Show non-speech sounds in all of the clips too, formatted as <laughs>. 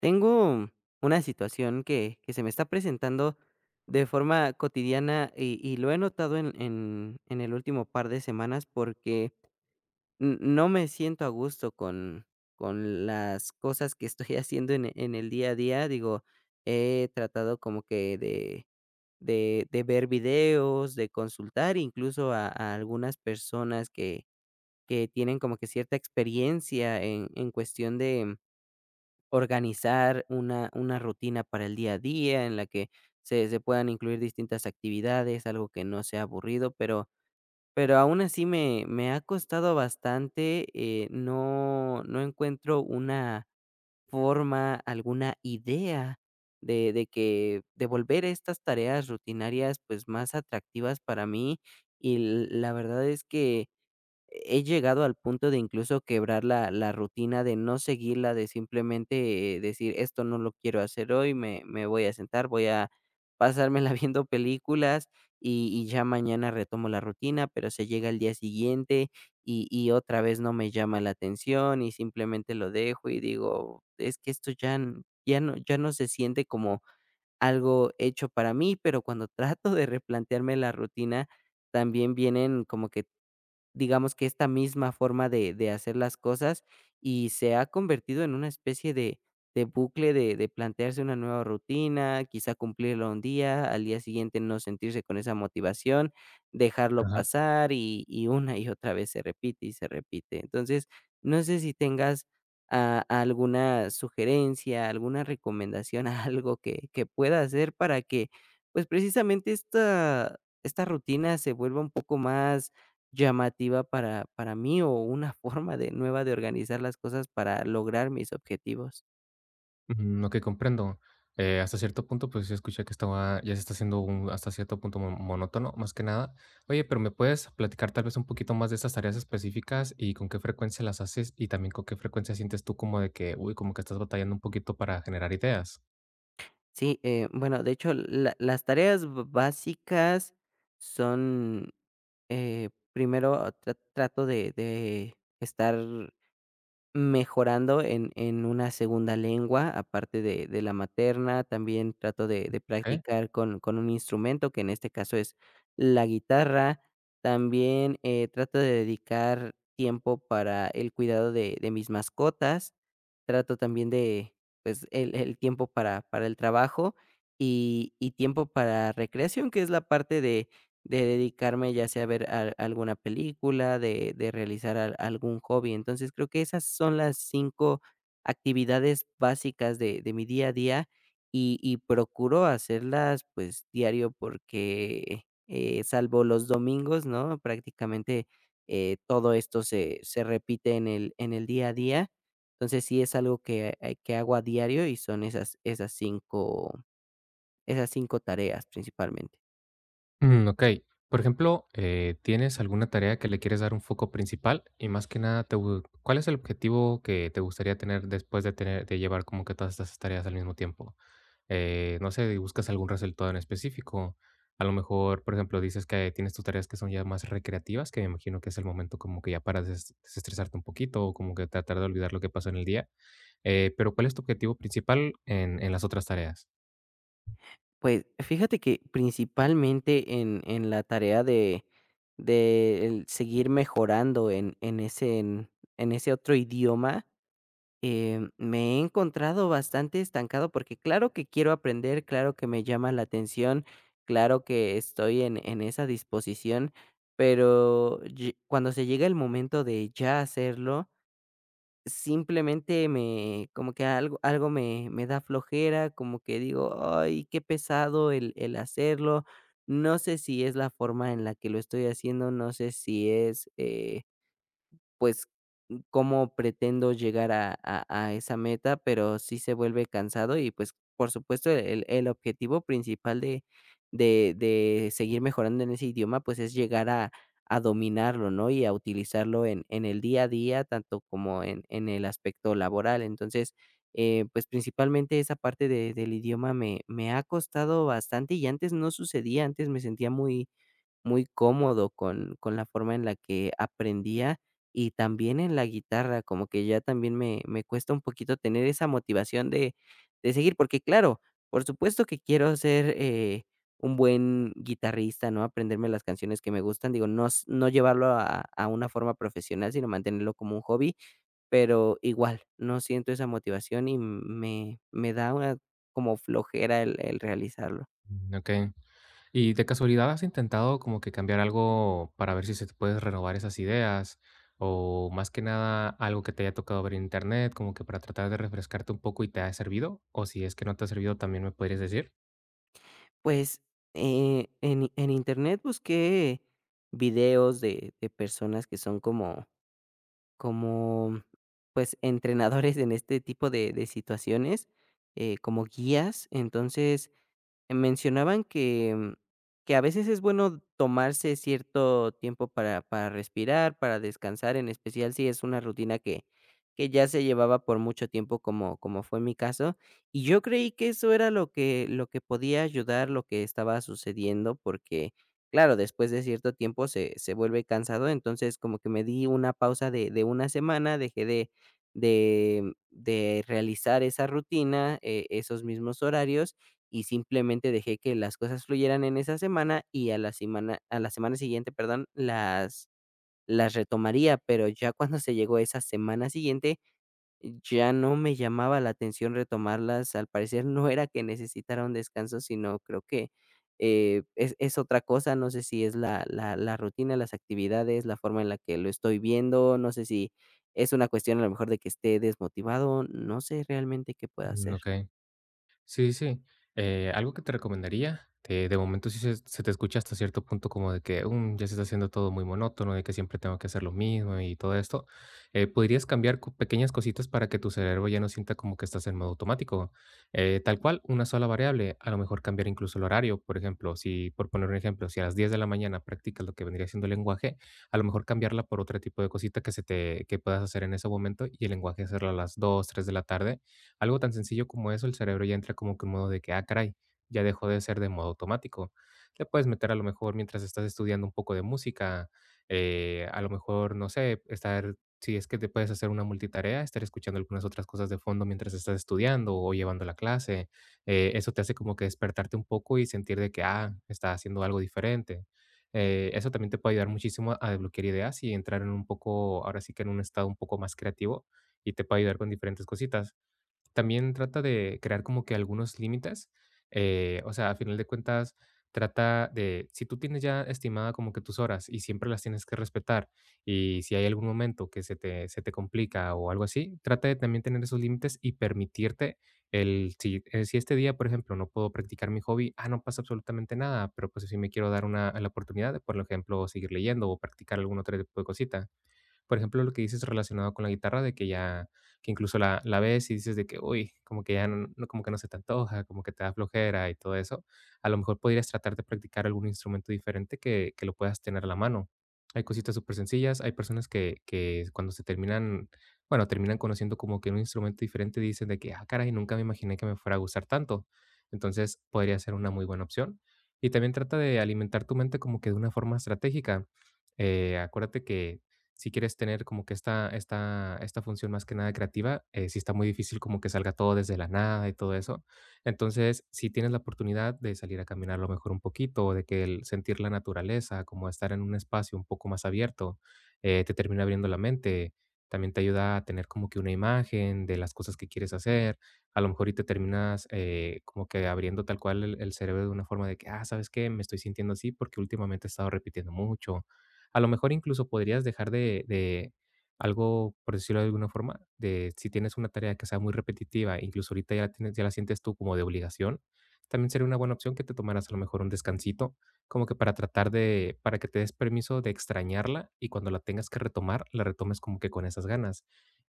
Tengo una situación que se me está presentando de forma cotidiana y lo he notado en el último par de semanas porque no me siento a gusto con las cosas que estoy <laughs> haciendo en el día a día. Digo, he tratado como que de ver videos, de consultar incluso a algunas personas que tienen como que cierta experiencia en cuestión organizar una rutina para el día a día en la que se puedan incluir distintas actividades, algo que no sea aburrido, pero aún así me ha costado bastante, no encuentro una forma, alguna idea de que devolver estas tareas rutinarias, pues, más atractivas para mí, y la verdad es que he llegado al punto de incluso quebrar la rutina de no seguirla, de simplemente, decir: "Esto no lo quiero hacer hoy, me voy a sentar, voy a pasármela <laughs> viendo películas y ya mañana retomo la rutina", pero se llega el día siguiente y otra vez no me llama la atención y simplemente lo dejo y digo: "Es que esto ya n ya no ya no se siente como algo hecho para mí", pero cuando <laughs> trato de replantearme la rutina, también vienen como que digamos que esta misma forma de hacer las cosas, y se ha convertido en una especie de bucle de plantearse una nueva rutina, quizá cumplirlo un día, al día siguiente no sentirse con esa motivación, dejarlo Ajá, pasar, y una y otra vez se repite y se repite. Entonces, no sé si tengas a alguna sugerencia, alguna recomendación, <laughs> algo que pueda hacer para que, pues, precisamente esta esta rutina se vuelva un poco más llamativa para mí o una <laughs> forma de nueva de organizar las cosas para lograr mis objetivos. mm, okey, comprendo. Hasta cierto punto, pues, sí escuché que estaba ya se está haciendo un hasta cierto punto mo monótono, más que nada. Oye, pero, ¿me puedes platicar tal vez un poquito más de esas tareas específicas y con qué frecuencia las haces? Y también, ¿con qué frecuencia sientes tú como de que, uy, como que estás batallando un poquito para generar ideas? Sí, bueno, de hecho, la las tareas b básicas son, primero trato de estar mejorando en una segunda lengua, aparte de la materna, también trato de Okey. practicar con un instrumento, que en este caso es la guitarra. También, trato de dedicar tiempo para el cuidado de mis mascotas. Trato también de, pues, el tiempo para el trabajo y tiempo para recreación, que es la parte de dedicarme ya sea a ver al alguna película, de realizar al algún hobby. Entonces, creo que esas son las 5 actividades básicas de mi día a día y procuro hacerlas, pues, diario porque, salvo los domingos, ¿no? Prácticamente, todo esto se repite en el día a día. Entonces, sí es algo que hago a diario y son esas 5 tareas principalmente. Mm, okey. Por ejemplo, ¿tienes alguna tarea que le quieres dar un foco principal? Y más que nada, te gu ¿cuál es el objetivo que te gustaría tener después de tener de llevar como que todas estas tareas al mismo tiempo? Eh, no sé, buscas algún resultado en específico. A lo mejor, por ejemplo, dices que tienes tus tareas que son ya más recreativas, que me imagino que es el momento como que ya para desestresarte un poquito o como que tratar de olvidar lo que pasó en el día. Pero ¿cuál es tu objetivo principal en las otras tareas? Pues, fíjate que principalmente en la tarea de el seguir mejorando en ese en ese otro idioma, me he encontrado bastante estancado, porque claro que quiero aprender, claro que me llama la atención, claro que estoy en esa disposición, pero ye cuando se llega el momento de ya hacerlo, simplemente me como que algo me da flojera, como que digo: "Ay, qué pesado el hacerlo". No sé si es la forma en la que lo estoy haciendo, no sé si es, pues, cómo pretendo llegar a esa meta, pero sí se vuelve cansado y, pues, por supuesto, el objetivo principal de seguir mejorando en ese idioma, pues, es llegar a dominarlo, ¿no? Y a utilizarlo en el día a día, tanto como en el aspecto laboral. Entonces, pues, principalmente esa parte de del idioma me ha costado bastante y antes no sucedía, antes me sentía muy cómodo con la forma en la que aprendía, y también en la guitarra, como que ya también me cuesta un poquito tener esa motivación de seguir, porque claro, por supuesto que quiero ser, un buen guitarrista, ¿no? Aprenderme las canciones que me gustan, digo, no llevarlo a una forma profesional, sino mantenerlo como un hobby, pero igual, no siento esa motivación y me da una como flojera el realizarlo. Mm, ok. ¿Y de casualidad has intentado como que cambiar algo para ver si se te puedes renovar esas ideas? O más que nada algo que te haya tocado ver en internet, como que para tratar de refrescarte un poco y te ha servido? O si es que no te ha servido, también me podrías decir. Pues, en Internet busqué videos de personas que son como, pues, entrenadores en este tipo de situaciones, como guías. Entonces, mencionaban que a veces es bueno tomarse cierto tiempo para respirar, para descansar, en especial si es una rutina que ya se llevaba por mucho tiempo, como fue mi caso. Y yo creí que eso era lo que podía ayudar, lo que estaba sucediendo, porque, claro, después de cierto tiempo se vuelve cansado. Entonces, como que me di una pausa de una semana, dejé de realizar esa rutina, esos mismos horarios, y simplemente dejé que las cosas fluyeran en esa semana y a la semana siguiente, perdón, las retomaría, pero ya cuando se llegó a esa semana siguiente, ya no me llamaba la atención retomarlas. Al parecer no era que necesitara un descanso, sino creo que, es otra cosa, no sé si es la rutina, las actividades, la forma en la que lo estoy viendo, no sé si es una cuestión a lo mejor de que esté desmotivado, no sé realmente qué pueda Mm, hacer. ok. Sí, sí. Algo que te recomendaría, de momento sí se te escucha hasta cierto punto como de que: "Mm, ya se está haciendo todo muy monótono, de que siempre tengo que hacer lo mismo y todo esto". Podrías cambiar pequeñas cositas para que tu cerebro ya no sienta como que estás en modo automático. Tal cual, una sola variable, a lo mejor cambiar incluso el horario. Por ejemplo, si, por poner un ejemplo, si a las 10 de la mañana practicas lo que vendría siendo el lenguaje, a lo mejor cambiarla por otro tipo de cosita que que puedas hacer en ese momento y el lenguaje hacerlo a las 2, 3 de la tarde, algo tan sencillo como eso, el cerebro ya entra como que en modo de que, ah, caray, ya dejó de ser de modo automático. Le puedes meter a lo mejor mientras estás estudiando un poco de música, a lo mejor, no sé, estar, si es que te puedes hacer una multitarea, estar escuchando algunas otras cosas de fondo mientras estás estudiando o llevando la clase. Eso te hace como que despertarte un poco y sentir de que, ah, está haciendo algo diferente. Eso también te puede ayudar muchísimo a desbloquear ideas y entrar en un poco, ahora sí que en un estado un poco más creativo y te puede ayudar con diferentes cositas. También trata de crear como que algunos límites, o sea, a final de cuentas, trata de, si tú tienes ya estimada como que tus horas y siempre las tienes que respetar, y si hay algún momento que se te complica o algo así, trata de también tener esos límites y permitirte el, si, si este día, por ejemplo, no puedo practicar mi hobby, ah, no pasa absolutamente nada, pero pues si me quiero dar una, la oportunidad de, por ejemplo, seguir leyendo o practicar algún otro tipo de cosita, por ejemplo, lo que dices relacionado con la guitarra, de que ya que incluso la ves y dices de que: "Uy, como que ya n no como que no se te antoja, como que te da flojera", y todo eso. A lo mejor podrías tratar de practicar algún instrumento diferente que lo puedas tener a la mano. Hay cositas súper sencillas, hay personas que cuando se terminan, bueno, terminan conociendo como que un instrumento diferente, dicen de que: "Ah, caray, nunca me imaginé que me fuera a gustar tanto". Entonces, podría ser una muy buena opción. Y también trata de alimentar tu mente como que de una forma estratégica. Acuérdate que si quieres tener como que esta función más que nada creativa, sí está muy difícil como que salga todo desde la nada y todo eso. Entonces, si tienes la oportunidad de salir a caminar a lo mejor un poquito, de que el sentir la naturaleza, como estar en un espacio un poco más abierto, te termina abriendo la mente. También te ayuda a tener como que una imagen de las cosas que quieres hacer. A lo mejor y te terminas como que abriendo tal cual el cerebro de una forma de que, ah, ¿sabes qué? Me estoy sintiendo así porque últimamente he estado repitiendo mucho, a lo mejor incluso podrías dejar de algo, por decirlo de alguna forma, de si tienes una tarea que sea muy repetitiva, incluso ahorita ya la tienes, ya la sientes tú como de obligación, también sería una buena opción que te tomaras a lo mejor un descansito, como que para tratar de para que te des permiso de extrañarla y cuando la tengas que retomar, la retomes como que con esas ganas.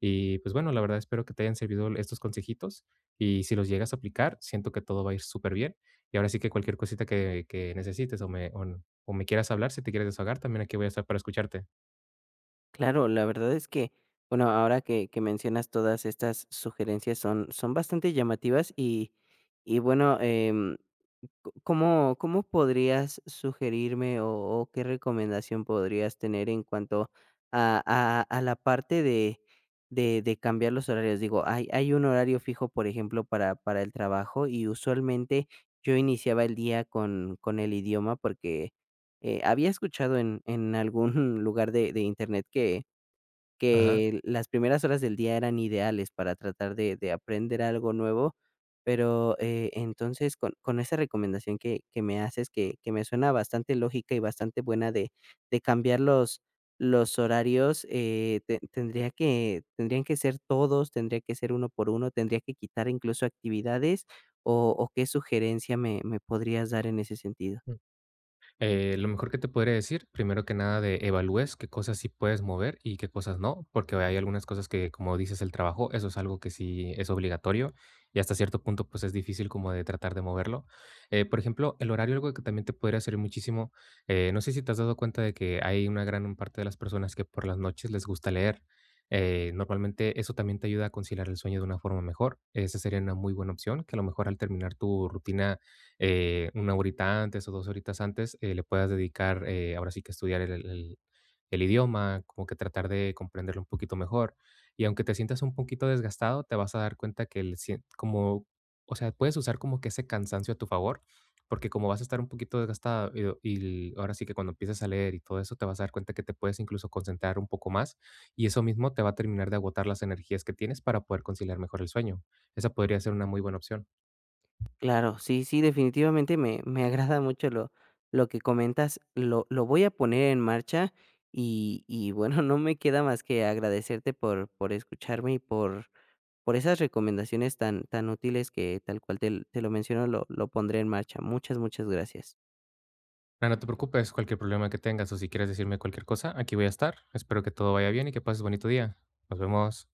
Y, pues, bueno, la verdad espero que te hayan servido estos consejitos y si los llegas a aplicar, siento que todo va a ir súper bien. Y ahora sí que cualquier cosita que necesites o o me quieras hablar, si te quieres desahogar, también aquí voy a estar para escucharte. Claro, la verdad es que, bueno, ahora que mencionas todas estas sugerencias son, son bastante llamativas y bueno, ¿cómo, cómo podrías sugerirme o qué recomendación podrías tener en cuanto a la parte de cambiar los horarios? Digo, hay un horario fijo, por ejemplo, para el trabajo y usualmente yo iniciaba el día con el idioma porque había escuchado en algún <laughs> lugar de internet Ajá. que las primeras horas del día eran ideales para tratar de aprender algo nuevo, pero, entonces, con esa recomendación que me haces, que me suena bastante lógica y bastante buena de cambiar los horarios, te tendría que tendrían que ser todos, tendría que ser uno por uno, tendría que quitar incluso actividades, ¿o qué sugerencia me podrías dar en ese sentido? Lo mejor que te podría decir, primero que nada, de evalúes qué cosas sí puedes mover y qué cosas no, porque hay algunas cosas que, como dices, el trabajo, eso es algo que sí es obligatorio y hasta cierto punto, pues es difícil como de tratar de moverlo. Por ejemplo, el horario, algo que también te podría servir muchísimo. Eh, no sé si te has dado cuenta de que hay una gran parte de las personas que por las noches les gusta leer. Normalmente eso también te ayuda a conciliar el sueño de una forma mejor. Esa sería una muy buena opción, que a lo mejor al terminar tu rutina una horita antes o dos horitas antes le puedas dedicar, ahora sí que estudiar el idioma, como que tratar de comprenderlo un poquito mejor. Y aunque te sientas un poquito desgastado, te vas a dar cuenta que el, como, o sea, puedes usar como que ese cansancio a tu favor, porque como vas a estar un poquito desgastado y ahora sí que cuando empieces a leer y todo eso, te vas a dar cuenta que te puedes incluso concentrar un poco más y eso mismo te va a terminar de agotar las energías que tienes para poder conciliar mejor el sueño. Esa podría ser una muy buena opción. Claro, sí, sí, definitivamente me agrada mucho lo que comentas, lo voy a poner en marcha y bueno, <laughs> no me queda más que agradecerte por escucharme y por esas recomendaciones tan, tan útiles que tal cual te lo menciono, lo pondré en marcha. Muchas, muchas gracias. No, no te preocupes, cualquier problema que tengas o si quieres decirme cualquier cosa, aquí voy a estar. Espero que todo vaya bien y que pases bonito día. Nos vemos.